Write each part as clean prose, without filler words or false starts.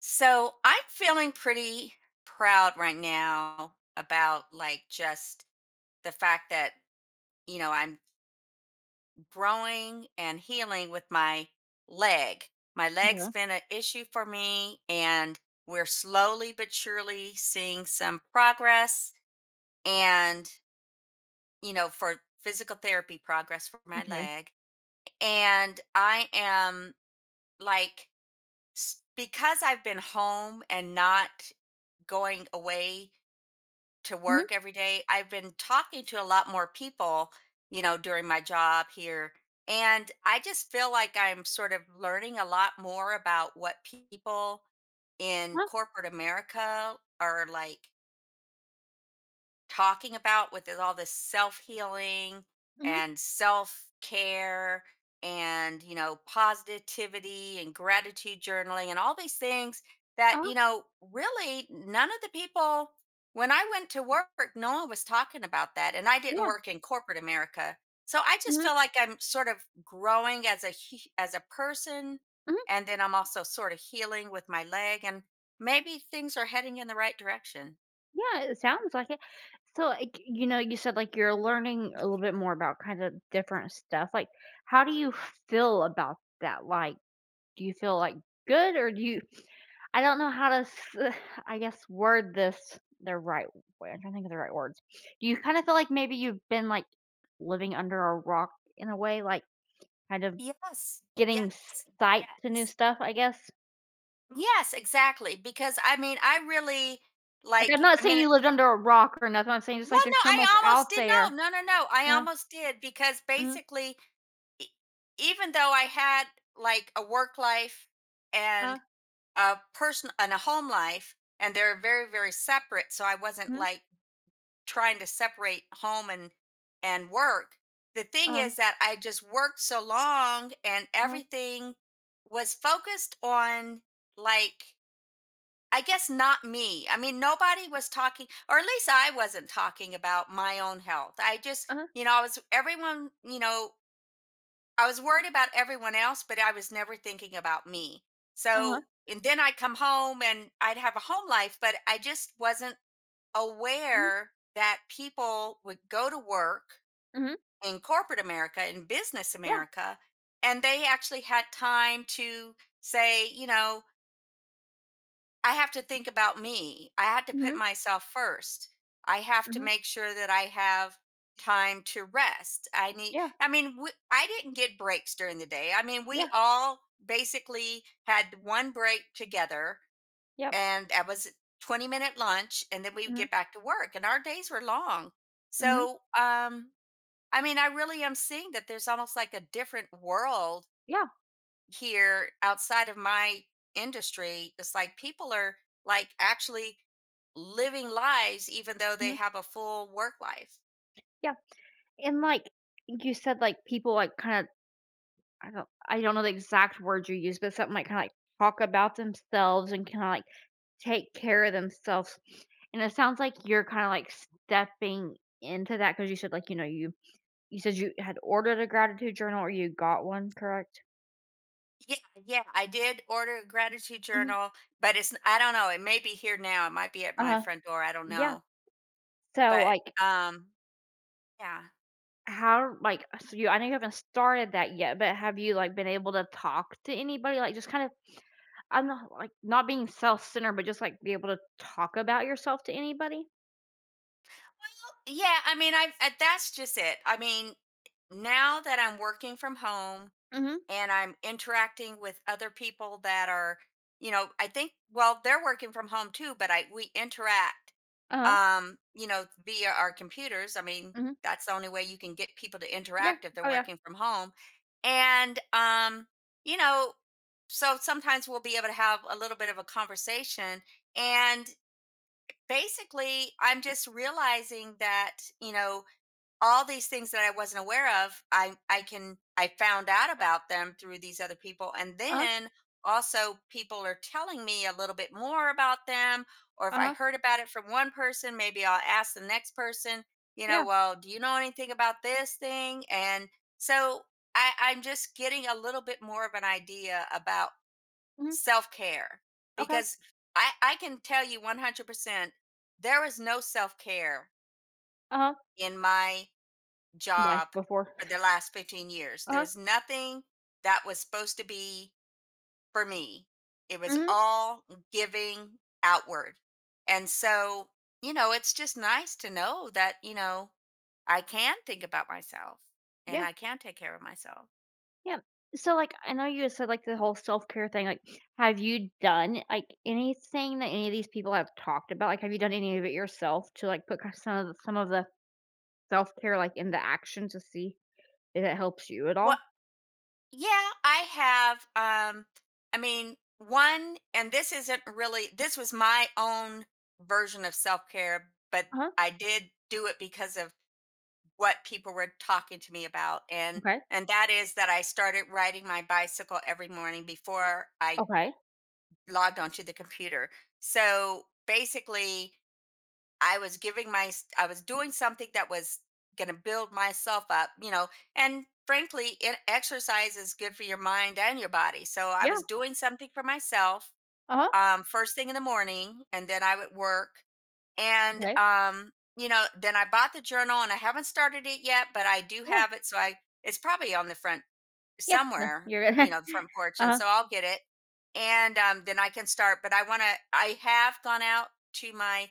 So I'm feeling pretty proud right now about just the fact that, you know, I'm growing and healing with my leg. My Okay, leg's been an issue for me, and we're slowly but surely seeing some progress and, you know, for physical therapy progress for my okay. leg. And I am like, because I've been home and not going away to Mhm, work every day. I've been talking to a lot more people, you know, during my job here. And I just feel like I'm sort of learning a lot more about what people in uh-huh, corporate America are like talking about with all this self healing mhm, and self care and, you know, positivity and gratitude journaling and all these things that, uh-huh, you know, really none of the people when I went to work, no one was talking about that, and I didn't yeah, work in corporate America. So I just mhm, feel like I'm sort of growing as as a person, mhm, and then I'm also sort of healing with my leg, and maybe things are heading in the right direction. yeah, it sounds like it. So, like, you said, like, you're learning a little bit more about kind of different stuff, like, how do you feel about that? Like, do you feel, like, good or do you I don't know how to s I guess, word this the right way. I'm trying to think of the right words. Do you kind of feel like maybe you've been, like, living under a rock in a way, like, kind of Yes, getting yes, sight to new yes. stuff, I guess? Yes, exactly, because, I mean, I really, Like, I'm like not I saying mean, it- you lived under a rock or nothing, I'm saying just, well, like, no, there's so much I almost out did. there. No, no, no, no, I Uh-huh, almost did because, mhm, basically, e even though I had, like, a work life uh, and a person and a home life, and they're very, very separate, so I wasn't, mhm, like, trying to separate home and work. The thing is um, that I just worked so long, and uh-huh, everything was focused on, like, I guess not me. I mean, nobody was talking, or at least I wasn't talking about my own health. I just, uh-huh, you know, I was everyone, you know, I was worried about everyone else, but I was never thinking about me. uh-huh, So, and then I come home and I'd have a home life, but I just wasn't mhm, aware that people would go to work mhm, in corporate America, in business yeah, America, and they actually had time to say, you know, I have to think about me. I had to put mhm, myself first. I have to mhm, make sure that I have time to rest. Yeah, I mean, I didn't get breaks during the day. I mean, we yeah, all basically had one break together, yep, and that was 20-minute lunch, and then we would mhm, get back to work, and our days were long. mhm, So I mean, I really am seeing that there's almost like a different world yeah, here outside of my industry. It's like people are like actually living lives even though they mhm, have a full work life. yeah, and, like, you said, like, people, like, kinda I don't know the exact words you use, but something like kinda, like, talk about themselves and kinda, like, take care of themselves, and it sounds like you're kinda, like, stepping into that because you said, like, You said you had ordered a gratitude journal or you got one, correct? Yeah, yeah, I did order a gratitude Mhm. journal, but it's, I don't know, it may be here now, it might be at my Uh-huh. front door, I don't Yeah. know. So, But like, um yeah. how like, so you I know you haven't started that yet, but have you, like, been able to talk to anybody? Like, just kind of I'm not, like, not being self-centered, but just, like, be able to talk about yourself to anybody? Yeah, I mean, that's just it. I mean, now that I'm working from home Mhm. and I'm interacting with other people that are, you know, I think well, they're working from home too, but I we interact, Uh-huh. You know, via our computers. I mean, Mhm. that's the only way you can get people to Yeah. interact if they're Oh, yeah. working from home. And you know, so sometimes we'll be able to have a little bit of a conversation, and basically I'm just realizing that, you know, all these things that I wasn't aware of, I found out about them through these other people, and Uh-huh. then also people are telling me a little bit more about them, or if I Uh-huh. heard about it from one person, maybe I'll ask the next person, you know, Yeah. well, do you know anything about this thing? And so I'm just getting a little bit more of an idea about Mhm. self-care, Okay. because I can tell you 100% there was no self-care Uh-huh. in my Life job before. for the last 15 years. There Uh-huh. was nothing that was supposed to be for me. It was Mhm. all giving outward. And so, you know, it's just nice to know that, you know, I can think about myself Yeah. and I can take care of myself. Yeah. So, like, I know you said, like, the whole self-care thing, like, have you done, like, anything that any of these people have talked about? Like, have you done any of it yourself to, like, put kind of some of the self-care, like, into action to see if it helps you at all? Well, yeah, I have um I mean, one, and this isn't really, this was my own version of self-care, but Uh-huh. I did do it because of what people were talking to me about, Okay. and that is that I started riding my bicycle every morning before I Okay. logged onto the computer. So basically I was giving I was doing something that was going to build myself up, you know, and frankly, exercise is good for your mind and your body. So I Yeah. was doing something for myself Uh-huh. First thing in the morning, and then I would work. And Okay. um, you know, then I bought the journal, and I haven't started it yet, but I do Yeah. have it, so I it's probably on the front Yeah. No, somewhere, you're good. you know, the front porch, and Uh-huh. so I'll get it, and then I can start. But I want to. I have gone out to my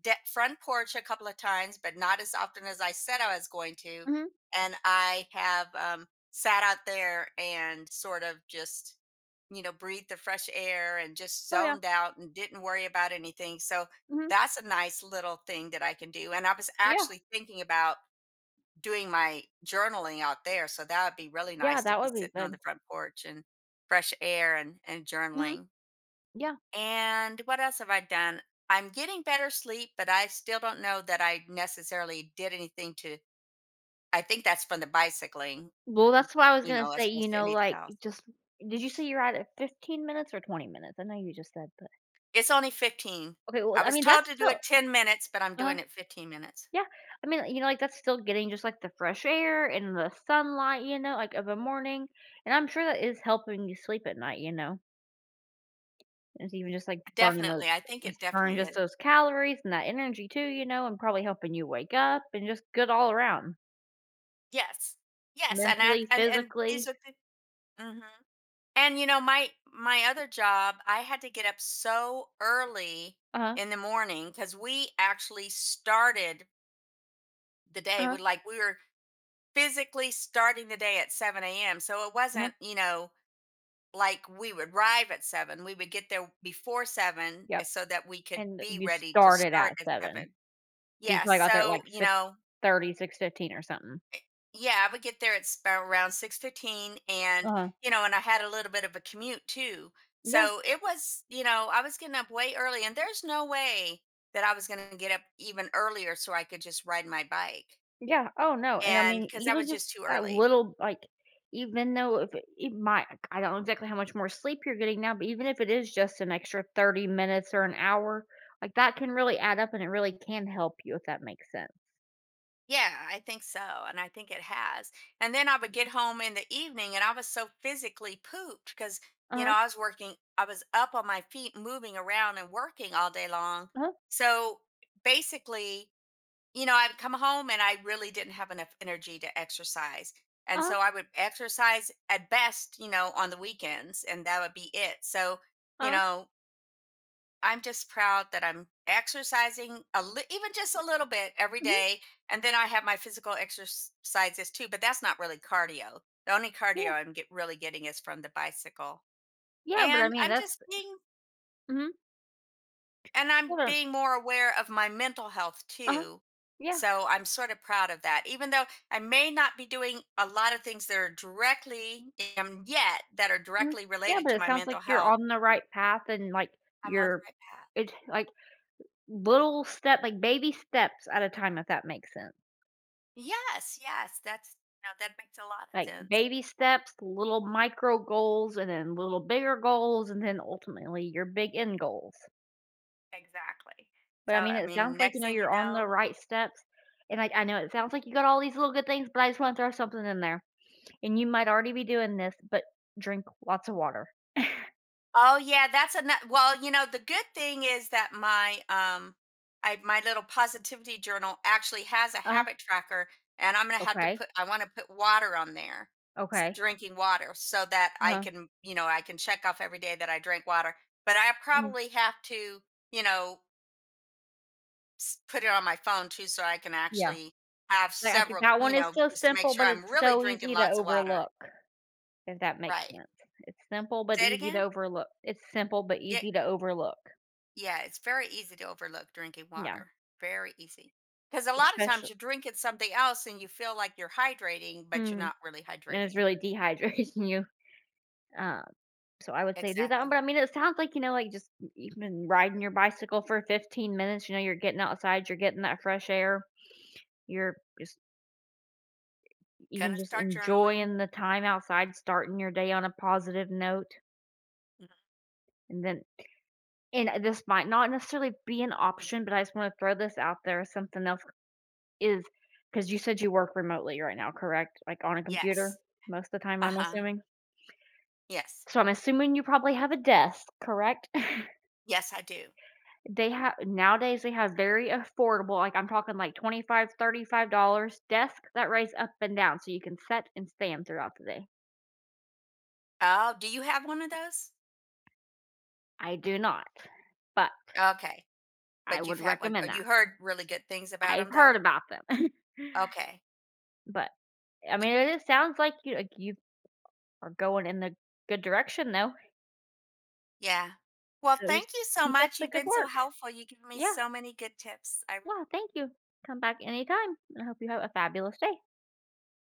front porch a couple of times, but not as often as I said I was going to, Mhm. and I have sat out there and sort of just, you know, breathed the fresh air and just Oh, yeah. zoned out and didn't worry about anything. So Mhm. that's a nice little thing that I can do. And I was Yeah. actually thinking about doing my journaling out there. So that would be really Yeah, nice to that be would be sitting on the good. front porch and fresh air and Mhm. journaling. Yeah. And what else have I done? I'm getting better sleep, but I still don't know that I necessarily did anything to. I think that's from the bicycling, Well, that's what I was you going know, to as say, opposed to anything like, else. just did you say you're at it 15 minutes or 20 minutes? I know you just said. It's only 15. Okay, well, I I was mean, told that's to do still it 10 minutes, but I'm uh doing it 15 minutes. yeah. I mean, like, that's still getting just, like, the fresh air and the sunlight, like, of a morning, and I'm sure that is helping you sleep at night, you know? It's even just, like, Definitely, I think it burning definitely just is. those calories and that energy too, and probably helping you wake up and just good all around, Yes. Yes, and I mentally, and these physically. are the Mhm. And, you know, my other job, I had to get up so early Uh-huh, in the morning because we actually started the day uh-huh, with, like, we were physically starting the day at 7 a.m., so it uh-huh, wasn't, you know, like we would arrive at 7, we would get there before 7, yep, so that we could and be you ready to started at start at 7, 7. so you Yeah, probably got there at, like, so, you six know, thirty, 6:15, or something. yeah, I would get there at s around 6:15 and, Uh-huh, you know, and I had a little bit of a commute too. yeah. So it was, you know, I was getting up way early, and there's no way that I was gonna get up even earlier so I could just ride my bike, Yeah, oh, no, and I and mean, because that even was just just too that early. little, like, even though if it might I don't know exactly how much more sleep you're getting now, but even if it is just an extra 30 minutes or an hour, like, that can really add up and it really can help you, if that makes sense. Yeah, I think so. And I think it has. And then I would get home in the evening and I was so physically pooped because, you know, Uh-huh, I was working, I was up on my feet, moving around and working all day long. uh-huh, So basically, you know, I'd come home and I really didn't have enough energy to exercise. And uh-huh, so I would exercise at best, you know, on the weekends, and that would be it. So, you uh-huh, know, I'm just proud that I'm exercising even just a little bit every mhm, day, and then I have my physical exercises too. But that's not really cardio. The only cardio yeah, I'm get really getting is from the bicycle, yeah, but I and mean, I'm that's just being mhm, and I'm yeah, being more aware of my mental health uh-huh, too. yeah, So I'm sort of proud of that, even though I may not be doing a lot of things that are directly yet that are mhm, directly yeah, related but to it my sounds like mental you're health. on the right path and, like, I'm on the you're right path. it's, like, little step like, baby steps at a time, if that makes sense. Yes, yes, that's no, that makes a lot of Like, sense. baby E steps, little micro goals, and then little bigger goals, and then ultimately your big end goals. exactly. But, So, I mean, I it sounds mean, like, next thing you you're on the know. right steps, and, like, I know it sounds like you got all these little good things, but I just wanna throw something in there, and you might already be doing this, but drink lots of water. Oh, yeah, that's a well, you know, the good thing is that I my little positivity journal actually has a Uh-huh. habit tracker, and I'm gonna have to Okay. put I wanna put water on there, s Okay. drinking water, so that I Uh-huh. can, you know, I can check off every day that I drink water, but I Mm. probably have to, you know, put it on my phone too so I can Yeah. actually have Like, I could several, that one you is know, so just to make simple, sure but I'm it's really so drinking easy to lots of water. overlook, if that makes Right. sense. It's simple, but Say it easy to again. overlook. It's simple, but Yeah. easy to overlook. Yeah. It's very easy to overlook drinking Yeah. water. Very easy. Because a lot of Especially. times you're drinking something else and you feel like you're hydrating, but you're Mm. And not really it's hydrating. really dehydrating you, um, so I would say do that one, but Exactly. I mean, it sounds like, like, just even riding your bicycle for 15 minutes, you're getting outside, you're getting that fresh air, you're just even Gonna just start journaling. enjoying the time outside, starting your day on a positive note, Mhm. and then and this might not necessarily be an option, but I just wanna throw this out there, something else is because you said you work remotely right now, correct? Like, on a computer Yes. most of the time, Uh I'm huh. assuming? Yes. So I'm assuming you probably have a desk, correct? Yes, I do. They have Nowadays, they have very affordable, like, I'm talking like 25, $35 desk that raise up and down so you can set and stand throughout the day. Oh, do you have one of those? I do not, but Okay. I But you've would had one, recommend or that. you heard really good things about I've them, heard though? about them. Okay. But, I mean, it is sounds like you are going in the good direction though, Yeah. Well, so just thank you so keep up much. the You've good been so work. helpful. You've given me Yeah. so many good tips. I Well, thank you. Come back anytime, and I hope you have a fabulous day.